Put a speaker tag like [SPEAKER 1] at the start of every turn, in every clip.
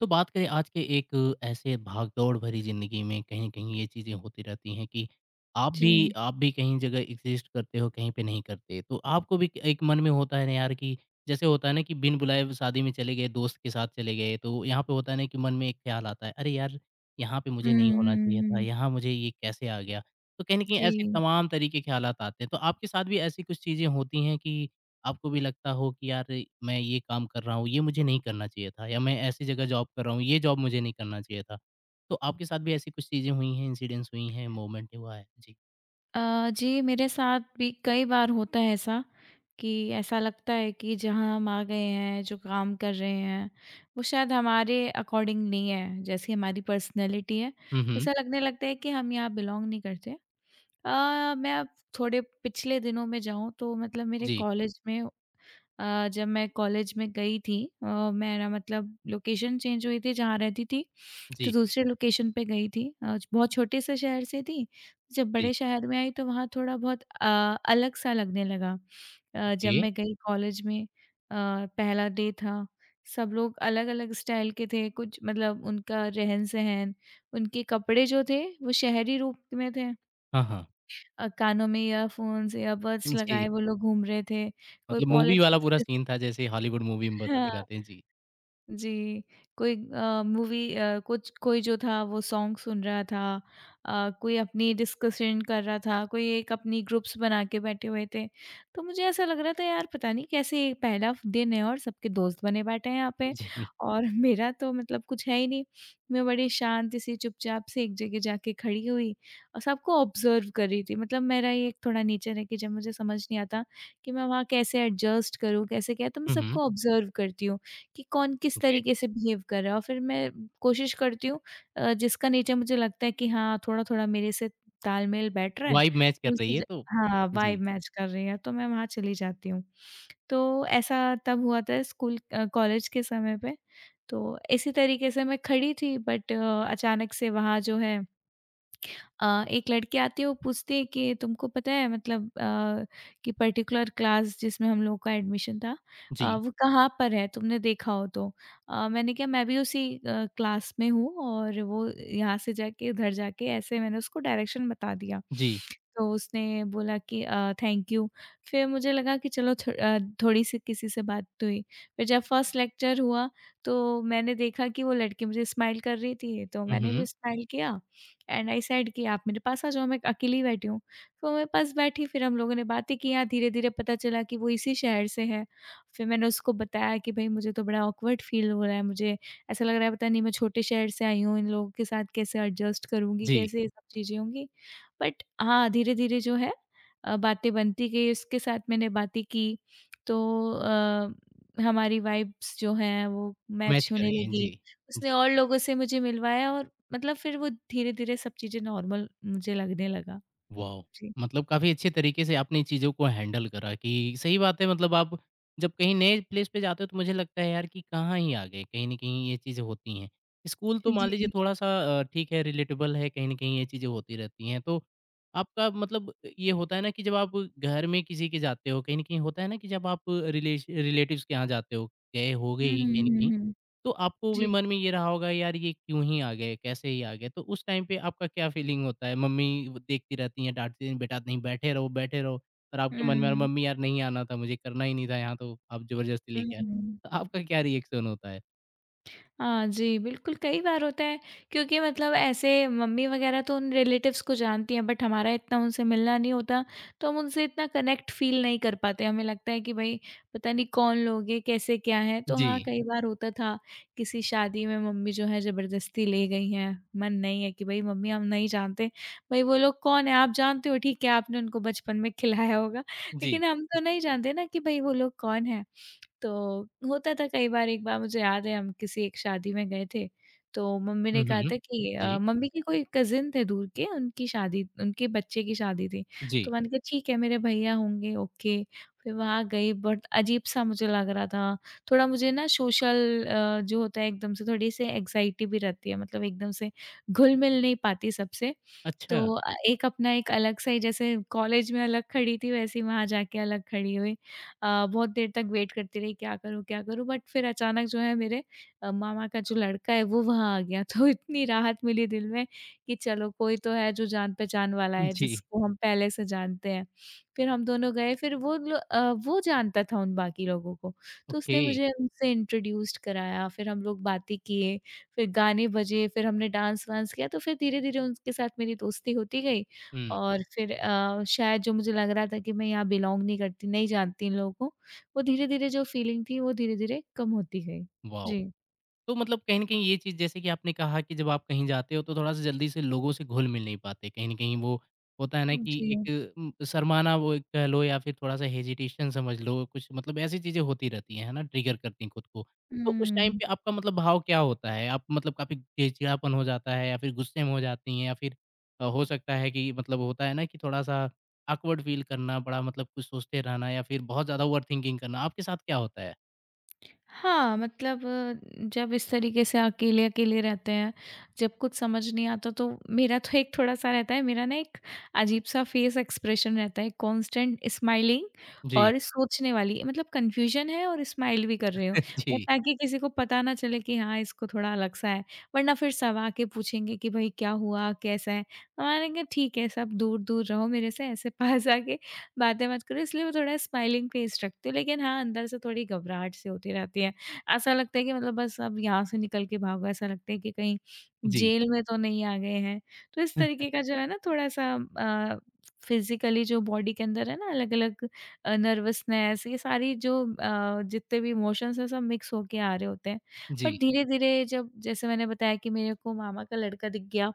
[SPEAKER 1] तो बात करें आज के एक ऐसे भागदौड़ भरी जिंदगी में कहीं कहीं ये चीजें होती रहती हैं कि आप भी
[SPEAKER 2] जी।
[SPEAKER 1] आप भी कहीं जगह एग्जिस्ट करते हो कहीं पे नहीं करते, तो आपको भी एक मन में होता है ना यार कि जैसे होता है ना कि बिन बुलाए शादी में चले गए, दोस्त के साथ चले गए, तो यहाँ पे होता है ना कि मन में एक ख्याल आता है, अरे यार यहाँ पे मुझे
[SPEAKER 2] हुँ,
[SPEAKER 1] नहीं होना
[SPEAKER 2] हुँ,
[SPEAKER 1] चाहिए था,
[SPEAKER 2] हुँ।
[SPEAKER 1] यहाँ मुझे ये कैसे आ गया। तो कहीं ना कहीं
[SPEAKER 2] जी।
[SPEAKER 1] ऐसे तमाम तरीके ख्याल आते हैं। तो आपके साथ भी ऐसी कुछ चीजें होती हैं कि आपको भी लगता हो कि यार मैं ये काम कर रहा हूँ, ये मुझे नहीं करना चाहिए था, या मैं ऐसी जगह जॉब कर रहा हूँ, ये जॉब मुझे नहीं करना चाहिए था। तो आपके साथ भी ऐसी कुछ चीज़ें हुई हैं, इंसिडेंट्स हुई हैं, मोमेंट हुआ है? जी।
[SPEAKER 2] अ, जी, मेरे साथ भी कई बार होता है ऐसा कि ऐसा लगता है कि जहाँ हम आ गए हैं, जो काम कर रहे हैं, वो शायद हमारे अकॉर्डिंग नहीं है, जैसी हमारी पर्सनैलिटी है।
[SPEAKER 1] हुँ, हुँ।
[SPEAKER 2] ऐसा लगने लगता है कि हम यहाँ बिलॉन्ग नहीं करते। मैं अब थोड़े पिछले दिनों में जाऊँ तो मतलब मेरे
[SPEAKER 1] जी,
[SPEAKER 2] कॉलेज में। जब मैं कॉलेज में गई थी, अ, मैं ना मतलब लोकेशन चेंज हुई थी जहाँ रहती थी, तो
[SPEAKER 1] जी,
[SPEAKER 2] दूसरे लोकेशन पे गई थी। बहुत छोटे से शहर से थी, जब
[SPEAKER 1] जी।
[SPEAKER 2] बड़े शहर में आई तो वहाँ थोड़ा बहुत अलग-सा लगने लगा। जब
[SPEAKER 1] ओके।
[SPEAKER 2] मैं गई कॉलेज में, पहला डे था, सब लोग अलग-अलग स्टाइल के थे, कुछ मतलब उनका रहन-सहन, उनके कपड़े जो थे वो शहरी रूप में थे।
[SPEAKER 1] हाँ, हाँ।
[SPEAKER 2] कानों में ईयरफ़ोन्स, ईयरबड्स
[SPEAKER 1] जी,
[SPEAKER 2] लगाए वो लोग घूम रहे थे, कोई
[SPEAKER 1] मतलब मूवी वाला
[SPEAKER 2] पॉलिटिक्स,
[SPEAKER 1] पूरा सीन था जैसे हॉलीवुड मूवी में बता
[SPEAKER 2] हाँ।
[SPEAKER 1] दिखाते हैं। जी,
[SPEAKER 2] जी, कोई मूवी कुछ कोई जो था वो सॉन्ग सुन रहा था, कोई अपनी डिस्कशन कर रहा था, कोई एक अपनी ग्रुप्स बना के बैठे हुए थे। तो मुझे ऐसा लग रहा था यार पता नहीं कैसे ये पहला दिन है और सबके दोस्त बने बैठे हैं यहाँ पे
[SPEAKER 1] जी।
[SPEAKER 2] और मेरा तो मतलब कुछ है ही नहीं। मैं बड़ी शांति सी चुपचाप से एक जगह जाके खड़ी हुई और सबको ऑब्ज़र्व कर रही थी। मतलब मेरा ये एक थोड़ा नेचर है कि जब मुझे समझ नहीं आता कि मैं वहाँ कैसे एडजस्ट करूँ, कैसे क्या तो मैं
[SPEAKER 1] हुँ, हुँ।
[SPEAKER 2] सबको ऑब्ज़र्व करती हूँ। कि कौन किस
[SPEAKER 1] ग्रेट।
[SPEAKER 2] तरीके से बिहेव कर रहा है और फिर मैं कोशिश करती हूँ, जिसका नेचर मुझे लगता है कि हाँ, थोड़ा-थोड़ा मेरे से तालमेल बैठ रहा है,
[SPEAKER 1] वाइब मैच कर
[SPEAKER 2] तो
[SPEAKER 1] रही
[SPEAKER 2] उससे
[SPEAKER 1] है
[SPEAKER 2] ज
[SPEAKER 1] तो।
[SPEAKER 2] हाँ,
[SPEAKER 1] जी,
[SPEAKER 2] वाइब मैच कर रही है, तो मैं वहाँ चली जाती हूँ। तो ऐसा तब हुआ था स्कूल, कॉलेज के समय पे, तो इसी तरीके से मैं खड़ी थी बट अचानक से वहाँ जो है, एक लड़के आते हैं वो पूछते हैं कि तुमको पता है मतलब कि पर्टिकुलर क्लास जिसमें हम लोगों का एडमिशन था
[SPEAKER 1] जी,
[SPEAKER 2] वो कहाँ पर है तुमने देखा हो तो। मैंने कहा मैं भी उसी क्लास में हूँ और वो यहाँ से जाके उधर जाके ऐसे मैंने उसको डायरेक्शन बता दिया।
[SPEAKER 1] जी।
[SPEAKER 2] तो उसने बोला कि थैंक यू। फिर मुझे लगा कि चलो थोड़ी सी किसी से बात तो हुई। फिर जब फर्स्ट लेक्चर हुआ तो मैंने देखा कि वो लड़की मुझे स्माइल कर रही थी तो
[SPEAKER 1] हुँ,
[SPEAKER 2] मैंने
[SPEAKER 1] हुँ।
[SPEAKER 2] भी स्माइल किया एंड आई सेड कि आप मेरे पास आ जाओ मैं अकेली बैठी हूँ। तो वो मेरे पास बैठी फिर हम लोगों ने बातें किया, धीरे-धीरे पता चला कि वो इसी शहर से है। फिर मैंने उसको बताया कि भई मुझे तो बड़ा ऑकवर्ड फ़ील हो रहा है, मुझे ऐसा लग रहा है पता नहीं मैं छोटे शहर से आई हूँ, इन लोगों के साथ कैसे एडजस्ट करूँगी,
[SPEAKER 1] जी,
[SPEAKER 2] कैसे ये सब चीज़ें होंगी। बट हाँ, धीरे-धीरे जो है बातें बनती गई उसके साथ मैंने बातें की तो अ, हमारी वाइब्स जो हैं वो
[SPEAKER 1] मैच
[SPEAKER 2] मैच
[SPEAKER 1] कर
[SPEAKER 2] होने
[SPEAKER 1] गई।
[SPEAKER 2] लगी।
[SPEAKER 1] जी,
[SPEAKER 2] उसने
[SPEAKER 1] जी।
[SPEAKER 2] और लोगों से मुझे मिलवाया और मतलब फिर वो धीरे-धीरे सब चीज़ें नॉर्मल मुझे लगने लगा।
[SPEAKER 1] वाओ!
[SPEAKER 2] जी।
[SPEAKER 1] मतलब काफ़ी अच्छे तरीके से आपने चीज़ों को हैंडल करा। कि सही बात है, मतलब आप जब कहीं नए प्लेस पे जाते हो तो मुझे लगता है यार कि कहाँ ही आ गए, कहीं न कहीं ये चीज़ें होती हैं। स्कूल तो मान लीजिए
[SPEAKER 2] जी।
[SPEAKER 1] थोड़ा-सा ठीक है, रिलेटेबल है, कहीं न कहीं ये चीज़ें होती रहती हैं। तो आपका मतलब ये होता है ना कि जब आप घर में किसी के जाते हो, कहीं न कहीं होता है ना कि जब आप रिलेश रिलेटिव्स के यहाँ जाते हो, गए होगे
[SPEAKER 2] हुँ,
[SPEAKER 1] ही कहीं न कहीं,
[SPEAKER 2] हुँ, हुँ।
[SPEAKER 1] तो आपको भी
[SPEAKER 2] जी।
[SPEAKER 1] मन में ये रहा होगा, यार ये क्यों ही आ गए, कैसे ही आ गए? तो उस टाइम पे आपका क्या फीलिंग होता है? मम्मी वो देखती रहती हैं, डाँटती हैं, "बेटा नहीं बैठे रहो, बैठे रहो", और आपके मन में, "यार
[SPEAKER 2] हुँ,
[SPEAKER 1] मम्मी यार नहीं आना था मुझे, करना ही नहीं था, यहाँ तो आप ज़बरदस्ती लेके आए।"
[SPEAKER 2] हुँ।
[SPEAKER 1] तो आपका क्या रिएक्शन होता है?
[SPEAKER 2] हाँ जी, बिल्कुल, कई बार होता है क्योंकि मतलब ऐसे मम्मी वगैरह तो उन रिलेटिव्स को जानती हैं बट हमारा इतना उनसे मिलना नहीं होता, तो हम उनसे इतना कनेक्ट फ़ील नहीं कर पाते। हमें लगता है कि भई पता नहीं कौन लोग हैं, कैसे क्या है? तो हाँ,
[SPEAKER 1] जी,
[SPEAKER 2] कई बार होता था, किसी शादी में मम्मी जो है ज़बरदस्ती ले गई हैं, मन नहीं है कि भई मम्मी हम नहीं जानते, भई वो लोग कौन है? आप जानते हो ठीक है, आपने उनको बचपन में खिलाया होगा,
[SPEAKER 1] जी,
[SPEAKER 2] लेकिन हम तो
[SPEAKER 1] जी।
[SPEAKER 2] नहीं जानते ना कि भई वो लोग कौन है? तो होता था कई बार। एक बार मुझे याद है हम किसी एक शादी में गए थे, तो मम्मी
[SPEAKER 1] हुँ,
[SPEAKER 2] ने कहा
[SPEAKER 1] हुँ।
[SPEAKER 2] था कि
[SPEAKER 1] जी,
[SPEAKER 2] मम्मी के कोई कज़िन थे दूर के, उनकी शादी, उनके बच्चे की शादी थी।
[SPEAKER 1] जी।
[SPEAKER 2] तो मैंने कहा ठीक है मेरे भैया होंगे ओके, फिर वहाँ गई बट अजीब-सा मुझे लग रहा था। थोड़ा मुझे ना सोशल जो होता है एकदम से थोड़ी सी एंग्ज़ायटी भी रहती है मतलब एकदम से घुल-मिल नहीं पाती सबसे। तो
[SPEAKER 1] अच्छा।
[SPEAKER 2] एक अपना एक अलग-सा ही जैसे कॉलेज में अलग खड़ी थी वैसे ही वहाँ जाके अलग खड़ी हुई। बहुत देर तक वेट करती रही, क्या करूँ, क्या करूँ? बट फिर अचानक जो है मेरे मामा का जो लड़का है वो वहाँ आ गया तो इतनी राहत मिली दिल में कि चलो कोई तो है जो जान-पहचान वाला है
[SPEAKER 1] जी,
[SPEAKER 2] जिसको हम पहले से जानते हैं। फिर हम दोनों गए, फिर वो जानता था उन बाकी लोगों को, तो
[SPEAKER 1] ओके।
[SPEAKER 2] उसने मुझे उनसे इंट्रोड्यूस्ड कराया, फिर हम लोग बातें किए, फिर गाने बजे, फिर हमने डांस-वांस किया तो फिर धीरे-धीरे उनके साथ मेरी दोस्ती होती गई।
[SPEAKER 1] हुँ,
[SPEAKER 2] और फिर शायद जो मुझे लग रहा था कि मैं यहाँ बिलॉन्ग नहीं करती, नहीं जानती इन लोगों को, वो धीरे-धीरे जो फीलिंग थी वो धीरे-धीरे कम होती गई।
[SPEAKER 1] वाओ!
[SPEAKER 2] जी।
[SPEAKER 1] तो मतलब कहीं न कहीं ये चीज़, जैसे कि आपने कहा कि जब आप कहीं जाते हो तो थोड़ा-सा जल्दी से लोगों से घुल-मिल नहीं पाते। कहीं न कहीं वो होता है ना कि
[SPEAKER 2] जी।
[SPEAKER 1] एक शर्माना, वो एक कह लो या फिर थोड़ा-सा हेजिटेशन समझ लो, कुछ मतलब ऐसी चीज़ें होती रहती हैं, है ना? ट्रिगर करती हैं खुद को। तो उस टाइम
[SPEAKER 2] हुँ।
[SPEAKER 1] पे आपका मतलब भाव क्या होता है? आप मतलब काफ़ी चिड़चिड़ापन हो जाता है या फिर गुस्से में हो जाती हैं या फिर हो सकता है कि मतलब होता है ना कि थोड़ा-सा ऑकवर्ड फ़ील करना, बड़ा मतलब कुछ सोचते रहना या फिर बहुत ज़्यादा ओवरथिंकिंग करना, आपके साथ क्या होता है?
[SPEAKER 2] हाँ, मतलब जब इस तरीके से अकेले-अकेले रहते हैं, जब कुछ समझ नहीं आता तो मेरा तो एक थोड़ा-सा रहता है, मेरा ना एक अजीब-सा फेस एक्सप्रेशन रहता है, कांस्टेंट स्माइलिंग
[SPEAKER 1] जी।
[SPEAKER 2] और सोचने वाली, मतलब कन्फ्यूजन है और स्माइल भी कर रही हूँ। वो
[SPEAKER 1] जी।
[SPEAKER 2] ताकि किसी को पता ना चले कि हाँ, इसको थोड़ा अलग-सा है, वरना फिर सब आके पूछेंगे कि, "भई क्या हुआ? कैसा है?" तो हम कहेंगे, "ठीक है, सब दूर-दूर रहो मेरे से, ऐसे पास आके बातें मत करो" इसलिए मैं थोड़ा स्माइलिंग फेस रखती हूँ। लेकिन हाँ, अंदर से थोड़ी घबराहट सी होती रहती है। ऐसा लगता है कि मतलब बस अब यहाँ से निकल के भागो, ऐसा लगता है कि कहीं
[SPEAKER 1] जी।
[SPEAKER 2] जेल में तो नहीं आ गए हैं। तो इस तरीके का जो है ना थोड़ा-सा फिज़िकली जो बॉडी के अंदर है ना अलग-अलग नर्वसनेस, ये सारी जो जितने भी इमोशंस हैं सब मिक्स होके आ रहे होते हैं। बट
[SPEAKER 1] जी।
[SPEAKER 2] धीरे-धीरे जब जैसे मैंने बताया कि मेरे को मामा का लड़का दिख गया,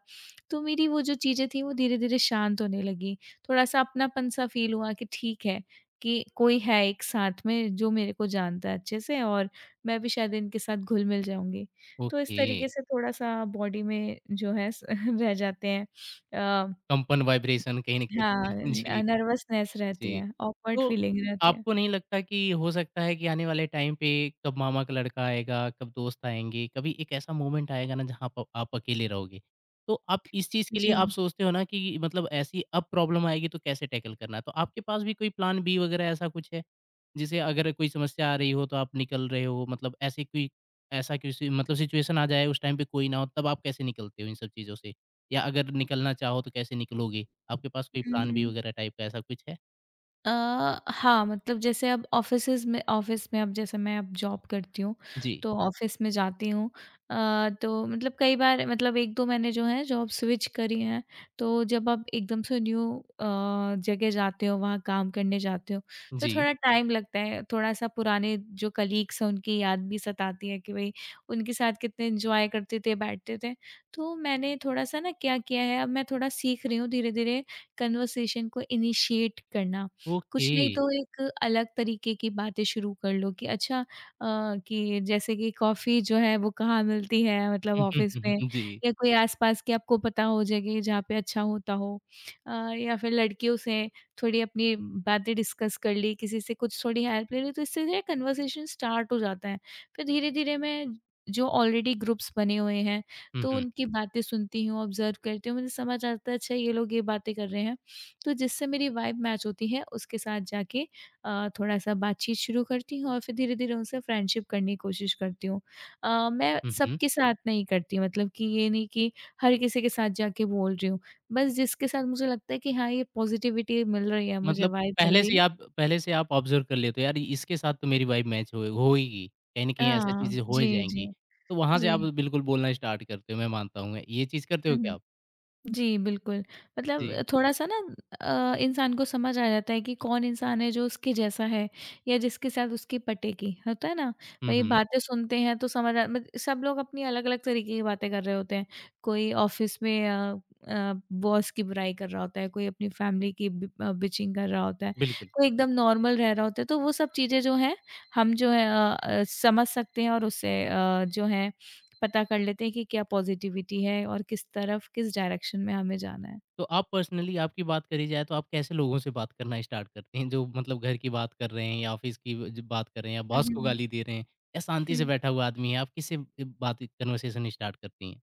[SPEAKER 2] तो मेरी वो जो चीज़ें थी वो धीरे-धीरे शांत होने लगी। थोड़ा-सा अपनापन-सा फ़ील हुआ कि ठीक है, कि कोई है एक साथ में जो मेरे को जानता है अच्छे से और मैं भी शायद इनके साथ घुल-मिल जाऊँगी। तो इस
[SPEAKER 1] ओके,
[SPEAKER 2] तरीके से थोड़ा-सा बॉडी में जो है स रह जाते हैं। अ,
[SPEAKER 1] कंपन वाइब्रेशन कहीं न कहीं दिखे।
[SPEAKER 2] हाँ,
[SPEAKER 1] जी,
[SPEAKER 2] नर्वसनेस रहती
[SPEAKER 1] जी।
[SPEAKER 2] है, ऑकवर्ड
[SPEAKER 1] तो
[SPEAKER 2] फ़ीलिंग रहती है।
[SPEAKER 1] आपको नहीं लगता कि हो सकता है कि आने वाले टाइम पे कब मामा का लड़का आएगा, कब दोस्त आएँगे, कभी एक ऐसा मोमेंट आएगा ना जहाँ प आप अकेले रहोगे। तो आप इस चीज़ के लिए
[SPEAKER 2] जी।
[SPEAKER 1] आप सोचते हो ना कि मतलब ऐसी अब प्रॉब्लम आएगी तो कैसे टैकल करना है? तो आपके पास भी कोई प्लान बी वगैरह ऐसा कुछ है? जैसे अगर कोई समस्या आ रही हो तो आप निकल रहे हो, मतलब ऐसे कोई ऐसा किसी मतलब सिचुएशन आ जाए उस टाइम पे कोई ना हो, तब आप कैसे निकलते हो इन सब चीज़ों से? या अगर निकलना चाहो तो कैसे निकलोगे? आपके पास कोई प्लान बी
[SPEAKER 2] हुँ।
[SPEAKER 1] वगैरह टाइप का ऐसा कुछ है?
[SPEAKER 2] अ, हाँ, मतलब जैसे अब ऑफ़िसेज़ में, ऑफ़िस में अब जैसे मैं अब जॉब करती हूँ,
[SPEAKER 1] जी,
[SPEAKER 2] तो ऑफ़िस में जाती हूँ। तो मतलब कई बार मतलब 1-2 मैंने जो है जॉब स्विच करी हैं, तो जब आप एकदम से न्यू अ, जगह जाते हो, वहाँ काम करने जाते हो, तो
[SPEAKER 1] जी।
[SPEAKER 2] थोड़ा टाइम लगता है। थोड़ा-सा पुराने जो कलीग्स हैं, उनकी याद भी सताती है कि भई, उनके साथ कितने एन्जॉय करते थे, बैठते थे। तो मैंने थोड़ा-सा ना क्या किया है, अब मैं थोड़ा सीख रही हूँ धीरे-धीरे कन्वर्सेशन को इनिशिएट करना। कुछ
[SPEAKER 1] ओके।
[SPEAKER 2] नहीं तो एक अलग तरीके की बातें शुरू कर लो कि अच्छा कि जैसे कि कॉफ़ी जो है वो कहाँ मिलती है मतलब
[SPEAKER 1] हुँ, हुँ,
[SPEAKER 2] ऑफ़िस
[SPEAKER 1] हुँ,
[SPEAKER 2] में,
[SPEAKER 1] हुँ। जी।
[SPEAKER 2] या कोई आस-पास की आपको पता हो जगह जहाँ पे अच्छा होता हो। अ, या फिर लड़कियों से थोड़ी अपनी बातें डिस्कस कर ली, किसी से कुछ थोड़ी हेल्प ले ली तो इससे जो है कन्वर्सेशन स्टार्ट हो जाता है। फिर धीरे-धीरे मैं जो ऑलरेडी ग्रुप्स बने हुए हैं
[SPEAKER 1] हुँ,
[SPEAKER 2] तो
[SPEAKER 1] हुँ।
[SPEAKER 2] उनकी बातें सुनती हूँ, ऑब्ज़र्व करती हूँ, मुझे समझ आता है अच्छा ये लोग ये बातें कर रहे हैं। तो जिससे मेरी वाइब मैच होती है उसके साथ जाके थोड़ा-सा बातचीत शुरू करती हूँ और फिर धीरे-धीरे उनसे फ्रेंडशिप करने की कोशिश करती हूँ। मैं
[SPEAKER 1] हुँ, हुँ।
[SPEAKER 2] सबके साथ नहीं करती, मतलब कि ये नहीं कि हर किसी के साथ जाके बोल रही हूँ। बस जिसके साथ मुझे लगता है कि हाँ, ये पॉज़िटिविटी मिल रही है, मुझे
[SPEAKER 1] मतलब
[SPEAKER 2] वाइब मिल
[SPEAKER 1] पहले
[SPEAKER 2] रही
[SPEAKER 1] से ही
[SPEAKER 2] है,
[SPEAKER 1] आप पहले से आप ऑब्ज़र्व कर लेते हो, यार इसके साथ तो मेरी वाइब मैच होए होएगी। कहीं न कहीं ऐसा
[SPEAKER 2] हाँ।
[SPEAKER 1] चीज़ें हो ही
[SPEAKER 2] जी, जी।
[SPEAKER 1] जाएँगी। तो वहाँ से आप
[SPEAKER 2] जी।
[SPEAKER 1] बिल्कुल बोलना स्टार्ट करते हो, मैं मानता हूँ मैं। ये चीज़ करते हो
[SPEAKER 2] हुँ,
[SPEAKER 1] क्या
[SPEAKER 2] हुँ।
[SPEAKER 1] आप?
[SPEAKER 2] जी, बिल्कुल। मतलब
[SPEAKER 1] जी।
[SPEAKER 2] थोड़ा-सा ना इंसान को समझ आ जाता है कि कौन इंसान है जो उसके जैसा है या जिसके साथ उसकी पटेगी, होता है ना?
[SPEAKER 1] हुँ,
[SPEAKER 2] वही
[SPEAKER 1] हुँ।
[SPEAKER 2] बातें सुनते हैं तो समझ आ मत सब लोग अपनी अलग-अलग तरीके की बातें कर रहे होते हैं। कोई ऑफ़िस में बॉस की बुराई कर रहा होता है, कोई अपनी फ़ैमिली की बिचिंग कर रहा होता है,
[SPEAKER 1] बिल्कुल।
[SPEAKER 2] कोई एकदम नॉर्मल रह रहा होता है। तो वो सब चीज़ें जो हैं, हम जो है समझ सकते हैं और उससे जो है पता कर लेते हैं कि क्या पॉजिटिविटी है और किस तरफ, किस डायरेक्शन में हमें जाना है।
[SPEAKER 1] तो आप पर्सनली, आपकी बात करी जाए तो आप कैसे लोगों से बात करना स्टार्ट करते हैं? जो मतलब घर की बात कर रहे हैं या ऑफिस की जो बात कर रहे हैं या
[SPEAKER 2] हुँ,
[SPEAKER 1] बॉस को
[SPEAKER 2] हुँ,
[SPEAKER 1] गाली दे रहे हैं या शांति से
[SPEAKER 2] हुँ।
[SPEAKER 1] बैठा हुआ आदमी है, आप किससे बात कन्वर्सेशन स्टार्ट करती हैं?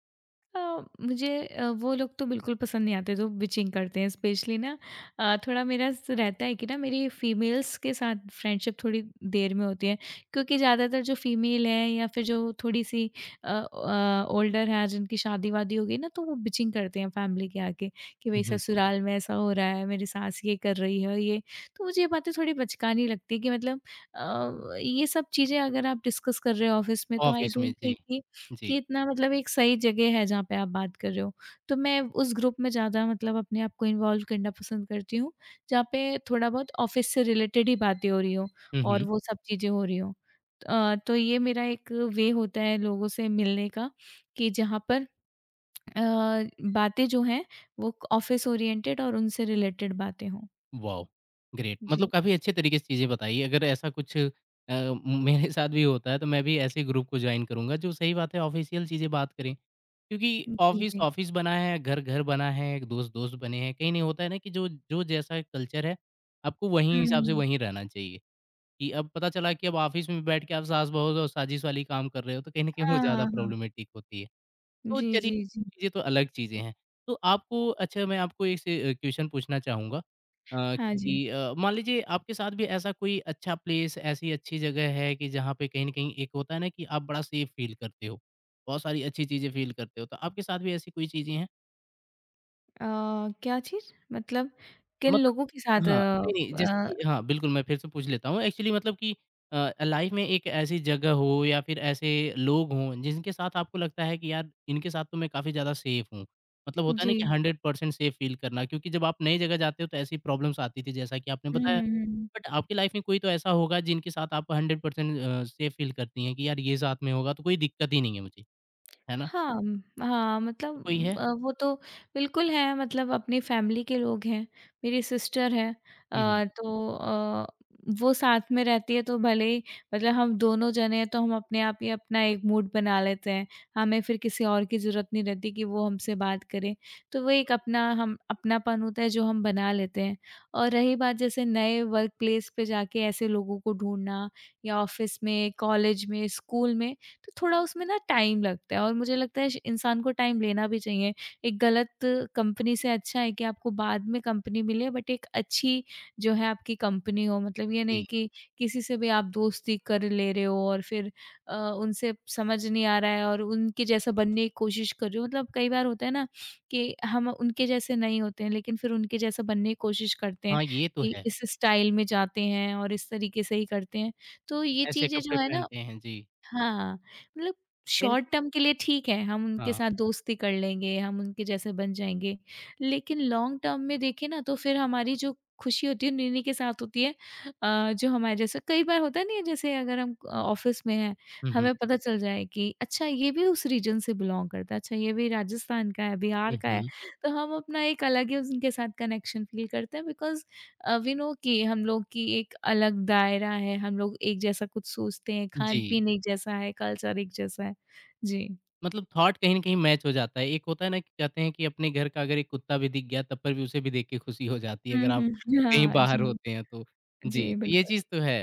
[SPEAKER 2] अ, मुझे वो लोग तो बिल्कुल पसंद नहीं आते जो बिचिंग करते हैं स्पेशली ना। थोड़ा मेरा रहता है कि ना मेरी फीमेल्स के साथ फ्रेंडशिप थोड़ी देर में होती है क्योंकि ज़्यादातर जो फीमेल है या फिर जो थोड़ी सी ओल्डर है जिनकी शादी वादी हो गई ना तो वो बिचिंग करते हैं फैमिली के आके कि भाई
[SPEAKER 1] हम्म।
[SPEAKER 2] ससुराल में ऐसा हो रहा है, मेरी सास ये कर रही है ये। तो मुझे ये बातें थोड़ी बचकानी लगती है कि मतलब ये सब चीज़ें अगर आप डिस्कस कर रहे हो ऑफिस में तो आई
[SPEAKER 1] ऑफिस में।
[SPEAKER 2] डोंट
[SPEAKER 1] जी।
[SPEAKER 2] थिंक
[SPEAKER 1] जी।
[SPEAKER 2] कि इतना मतलब एक सही जगह है जहाँ पे आप बात कर रहे हो। तो मैं उस ग्रुप में ज़्यादा मतलब अपने आप को इन्वॉल्व करना पसंद करती हूँ, जहाँ पे थोड़ा बहुत ऑफ़िस से रिलेटेड ही बातें हो रही हों
[SPEAKER 1] हम्म।
[SPEAKER 2] और वो सब चीज़ें हो रही हों। तो ये मेरा एक वे होता है लोगों से मिलने का कि जहाँ पर अ, बातें जो हैं वो ऑफ़िस ओरिएंटेड और उनसे रिलेटेड बातें हों।
[SPEAKER 1] वॉव! ग्रेट, मतलब
[SPEAKER 2] जी।
[SPEAKER 1] काफ़ी अच्छे तरीके से चीज़ें बताई। अगर ऐसा कुछ अ, मेरे साथ भी होता है तो मैं भी ऐसे ग्रुप को जॉइन करूँगा। जो सही बात है, ऑफ़िशियल चीज़ें बात करें। क्योंकि
[SPEAKER 2] जी,
[SPEAKER 1] ऑफ़िस
[SPEAKER 2] जी।
[SPEAKER 1] ऑफ़िस बना है, घर घर बना है, दोस्त दोस्त बने हैं। कहीं नहीं होता है ना कि जो जो जैसा कल्चर है, आपको वहीं हिसाब से
[SPEAKER 2] हुँ।
[SPEAKER 1] वहीं रहना चाहिए। कि अब पता चला कि अब ऑफ़िस में बैठ के आप सास-बहू और साजिश वाली काम कर रहे हो, तो कहीं न कहीं वो
[SPEAKER 2] हाँ, हाँ,
[SPEAKER 1] ज़्यादा
[SPEAKER 2] हाँ।
[SPEAKER 1] प्रॉब्लमैटिक होती है। तो
[SPEAKER 2] जी,
[SPEAKER 1] चलिए,
[SPEAKER 2] जी, जी।
[SPEAKER 1] चीज़ें तो अलग चीज़ें हैं। तो आपको अच्छा, मैं आपको एक से क्वेश्चन पूछना चाहूँगा।
[SPEAKER 2] हाँ
[SPEAKER 1] कि
[SPEAKER 2] जी।
[SPEAKER 1] मान लीजिए आपके साथ भी ऐसा कोई अच्छा प्लेस, ऐसी अच्छी जगह है कि जहाँ पे कहीं न कहीं एक होता है ना कि आप बड़ा सेफ फ़ील करते हो, बहुत सारी अच्छी चीज़ें फ़ील करते हो, तो आपके साथ भी ऐसी कोई चीज़ें हैं?
[SPEAKER 2] अ, क्या चीज़? मतलब किन
[SPEAKER 1] मतलब
[SPEAKER 2] लोगों के साथ
[SPEAKER 1] हाँ, नहीं-नहीं, जैसे कि, हाँ, बिल्कुल मैं फिर से पूछ लेता हूँ। एक्चुअली मतलब कि लाइफ़ में एक ऐसी जगह हो या फिर ऐसे लोग हों जिनके साथ आपको लगता है कि यार इनके साथ तो मैं काफ़ी ज़्यादा सेफ हूँ। मतलब होता है ना कि
[SPEAKER 2] जी।
[SPEAKER 1] 100% सेफ फ़ील करना, क्योंकि जब आप नई जगह जाते हो तो ऐसी प्रॉब्लम्स आती थी जैसा कि आपने
[SPEAKER 2] हुँ,
[SPEAKER 1] बताया।
[SPEAKER 2] हुँ, हुँ।
[SPEAKER 1] बट आपकी लाइफ़ में कोई तो ऐसा होगा जिनके साथ आप 100% सेफ फ़ील करती हैं कि यार ये साथ में होगा तो कोई दिक्कत ही नहीं है मुझे, है ना?
[SPEAKER 2] हाँ, म हाँ,
[SPEAKER 1] तो कोई
[SPEAKER 2] मतलब
[SPEAKER 1] है?
[SPEAKER 2] वो तो बिल्कुल है, मतलब अपनी फैमिली के लोग हैं, मेरी सिस्टर है।
[SPEAKER 1] हुँ, हुँ।
[SPEAKER 2] अ, तो अ, वो साथ में रहती है तो भले ही मतलब हम दोनों जने हैं तो हम अपने आप ही अपना एक मूड बना लेते हैं, हमें फिर किसी और की ज़रूरत नहीं रहती कि वो हमसे बात करे। तो वो एक अपना हम अपनापन होता है जो हम बना लेते हैं। और रही बात जैसे नए वर्क प्लेस पे जाके ऐसे लोगों को ढूँढना या ऑफ़िस में, कॉलेज में, स्कूल में, तो थोड़ा उसमें ना टाइम लगता है और मुझे लगता है इंसान को टाइम लेना भी चाहिए। एक गलत कंपनी से अच्छा है कि आपको बाद में कंपनी मिले बट एक अच्छी जो है आपकी कंपनी हो। मतलब ये
[SPEAKER 1] जी।
[SPEAKER 2] नहीं कि किसी से भी आप दोस्ती कर ले रहे हो और फिर उनसे समझ नहीं आ रहा है और उनके जैसा बनने की कोशिश कर रहे हो। मतलब कई बार होता है ना कि हम उनके जैसे नहीं होते हैं लेकिन फिर उनके जैसा बनने की कोशिश करते हैं
[SPEAKER 1] हाँ, ये तो
[SPEAKER 2] कि
[SPEAKER 1] है।
[SPEAKER 2] इस स्टाइल में जाते हैं और इस तरीके से ही करते हैं। तो ये
[SPEAKER 1] ऐसे
[SPEAKER 2] चीजें जो
[SPEAKER 1] कपड़े
[SPEAKER 2] है ना,
[SPEAKER 1] पहनते हैं। जी।
[SPEAKER 2] हाँ, मतलब
[SPEAKER 1] पहन-
[SPEAKER 2] शॉर्ट टर्म के लिए ठीक है, हम उनके
[SPEAKER 1] हाँ।
[SPEAKER 2] साथ दोस्ती कर लेंगे, हम उनके जैसे बन जाएँगे। लेकिन लॉन्ग टर्म में देखें ना तो फिर हमारी जो खुशी होती है उन इन्हीं के साथ होती है। जो हमारे जैसे कई बार होता नहीं है, जैसे अगर हम ऑफ़िस में हैं,
[SPEAKER 1] हुँ, हुँ।
[SPEAKER 2] हमें पता चल जाए कि अच्छा ये भी उस रीजन से बिलॉन्ग करता है, अच्छा ये भी राजस्थान का है,
[SPEAKER 1] हुँ,
[SPEAKER 2] बिहार का है।
[SPEAKER 1] हुँ।
[SPEAKER 2] तो हम अपना एक अलग ही उनके साथ कनेक्शन फ़ील करते हैं बिकॉज़ वी नो कि हम लोग की एक अलग दायरा है, हम लोग एक जैसा कुछ सोचते हैं,
[SPEAKER 1] जी,
[SPEAKER 2] खान-पीन एक जैसा है, कल्चर एक जैसा है। जी।
[SPEAKER 1] मतलब थॉट कहीं न कहीं मैच हो जाता है। एक होता है ना कि कहते हैं कि अपने घर का अगर एक कुत्ता भी दिख गया, तब पर भी उसे भी देख के खुशी हो जाती है
[SPEAKER 2] हुँ,
[SPEAKER 1] अगर आप
[SPEAKER 2] हुँ।
[SPEAKER 1] कहीं
[SPEAKER 2] हाँ,
[SPEAKER 1] बाहर
[SPEAKER 2] जी।
[SPEAKER 1] होते हैं तो। जी,
[SPEAKER 2] जी,
[SPEAKER 1] तो ये
[SPEAKER 2] बिल्कुल।
[SPEAKER 1] चीज़ तो है।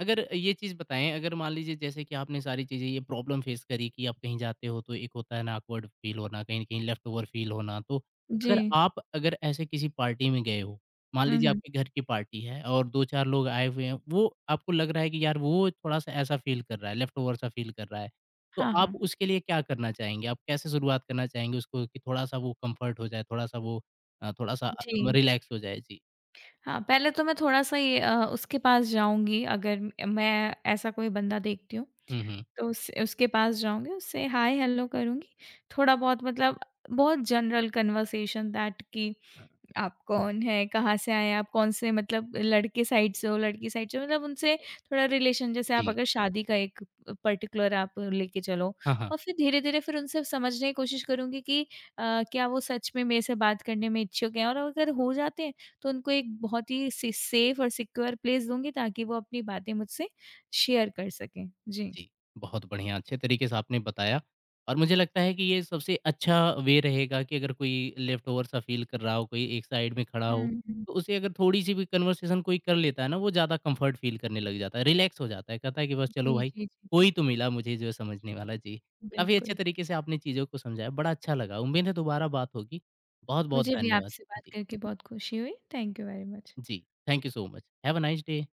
[SPEAKER 1] अगर ये चीज़ बताएँ, अगर मान लीजिए जैसे कि आपने सारी चीज़ें ये प्रॉब्लम फेस करी कि आप कहीं जाते हो तो एक होता है ना ऑकवर्ड फ़ील होना, कहीं न कहीं लेफ्ट ओवर फ़ील होना। तो
[SPEAKER 2] जी।
[SPEAKER 1] अगर आप अगर ऐसे किसी पार्टी में गए हो, मान
[SPEAKER 2] हुँ,
[SPEAKER 1] लीजिए
[SPEAKER 2] हुँ।
[SPEAKER 1] आपके घर की पार्टी है और 2-4 लोग आए हुए हैं, वो आपको लग रहा है कि यार वो थोड़ा-सा ऐसा फ़ील कर रहा है, लेफ्ट ओवर सा फ़ील कर रहा है। तो
[SPEAKER 2] हाँ,
[SPEAKER 1] आप
[SPEAKER 2] हाँ।
[SPEAKER 1] उसके लिए क्या करना चाहेंगे? आप कैसे शुरुआत करना चाहेंगे उसको कि थोड़ा-सा वो कम्फ़र्ट हो जाए, थोड़ा-सा वो थोड़ा-सा
[SPEAKER 2] जी।
[SPEAKER 1] रिलैक्स हो जाए? जी।
[SPEAKER 2] हाँ, पहले तो मैं थोड़ा-सा ये उसके पास जाऊँगी, अगर म मैं ऐसा कोई बंदा देखती हूँ,
[SPEAKER 1] हुँ, हुँ।
[SPEAKER 2] तो उस उसके पास जाऊँगी, उससे हाय, हेलो करूँगी। थोड़ा-बहुत मतलब बहुत जनरल कन्वर्सेशन दैट कि आप कौन हैं? कहाँ से आए हैं? आप कौन से मतलब लड़के साइड से हो, लड़की साइड से हो? मतलब उनसे थोड़ा रिलेशन जैसे आप
[SPEAKER 1] जी।
[SPEAKER 2] अगर शादी का एक पर्टिकुलर आप लेके चलो।
[SPEAKER 1] हाँ, हाँ।
[SPEAKER 2] और फिर धीरे-धीरे फिर उनसे समझने की कोशिश करूँगी कि क्या वो सच में मेरे से बात करने में इच्छुक हैं? और अगर हो जाते हैं, तो उनको एक बहुत ही से सेफ और सिक्योर प्लेस दूँगी ताकि वो अपनी बातें मुझसे शेयर कर सकें। जी।
[SPEAKER 1] जी, बहुत बढ़िया, अच्छे तरीके से आपने बताया। और मुझे लगता है कि ये सबसे अच्छा वे रहेगा कि अगर कोई लेफ्ट ओवर सा फ़ील कर रहा हो, कोई एक साइड में खड़ा हो,
[SPEAKER 2] हुँ।
[SPEAKER 1] तो उसे अगर थोड़ी-सी भी कन्वर्सेशन कोई कर लेता है ना, वो ज़्यादा कम्फ़र्ट फ़ील करने लग जाता है, रिलैक्स हो जाता है, कहता है कि बस चलो
[SPEAKER 2] जी,
[SPEAKER 1] भाई,
[SPEAKER 2] जी, जी, जी।
[SPEAKER 1] कोई तो मिला मुझे जो है समझने वाला। जी, काफ़ी अच्छे
[SPEAKER 2] बिल्कुल।
[SPEAKER 1] तरीके से आपने चीज़ों को समझाया, बड़ा अच्छा लगा, उम्मीद है दोबारा बात होगी। बहुत-बहुत
[SPEAKER 2] मुझे भी
[SPEAKER 1] धन्यवाद।
[SPEAKER 2] आपसे बात
[SPEAKER 1] जी,
[SPEAKER 2] करके बहुत खुशी हुई। Thank you very much.
[SPEAKER 1] जी, thank you so much. Have a nice day.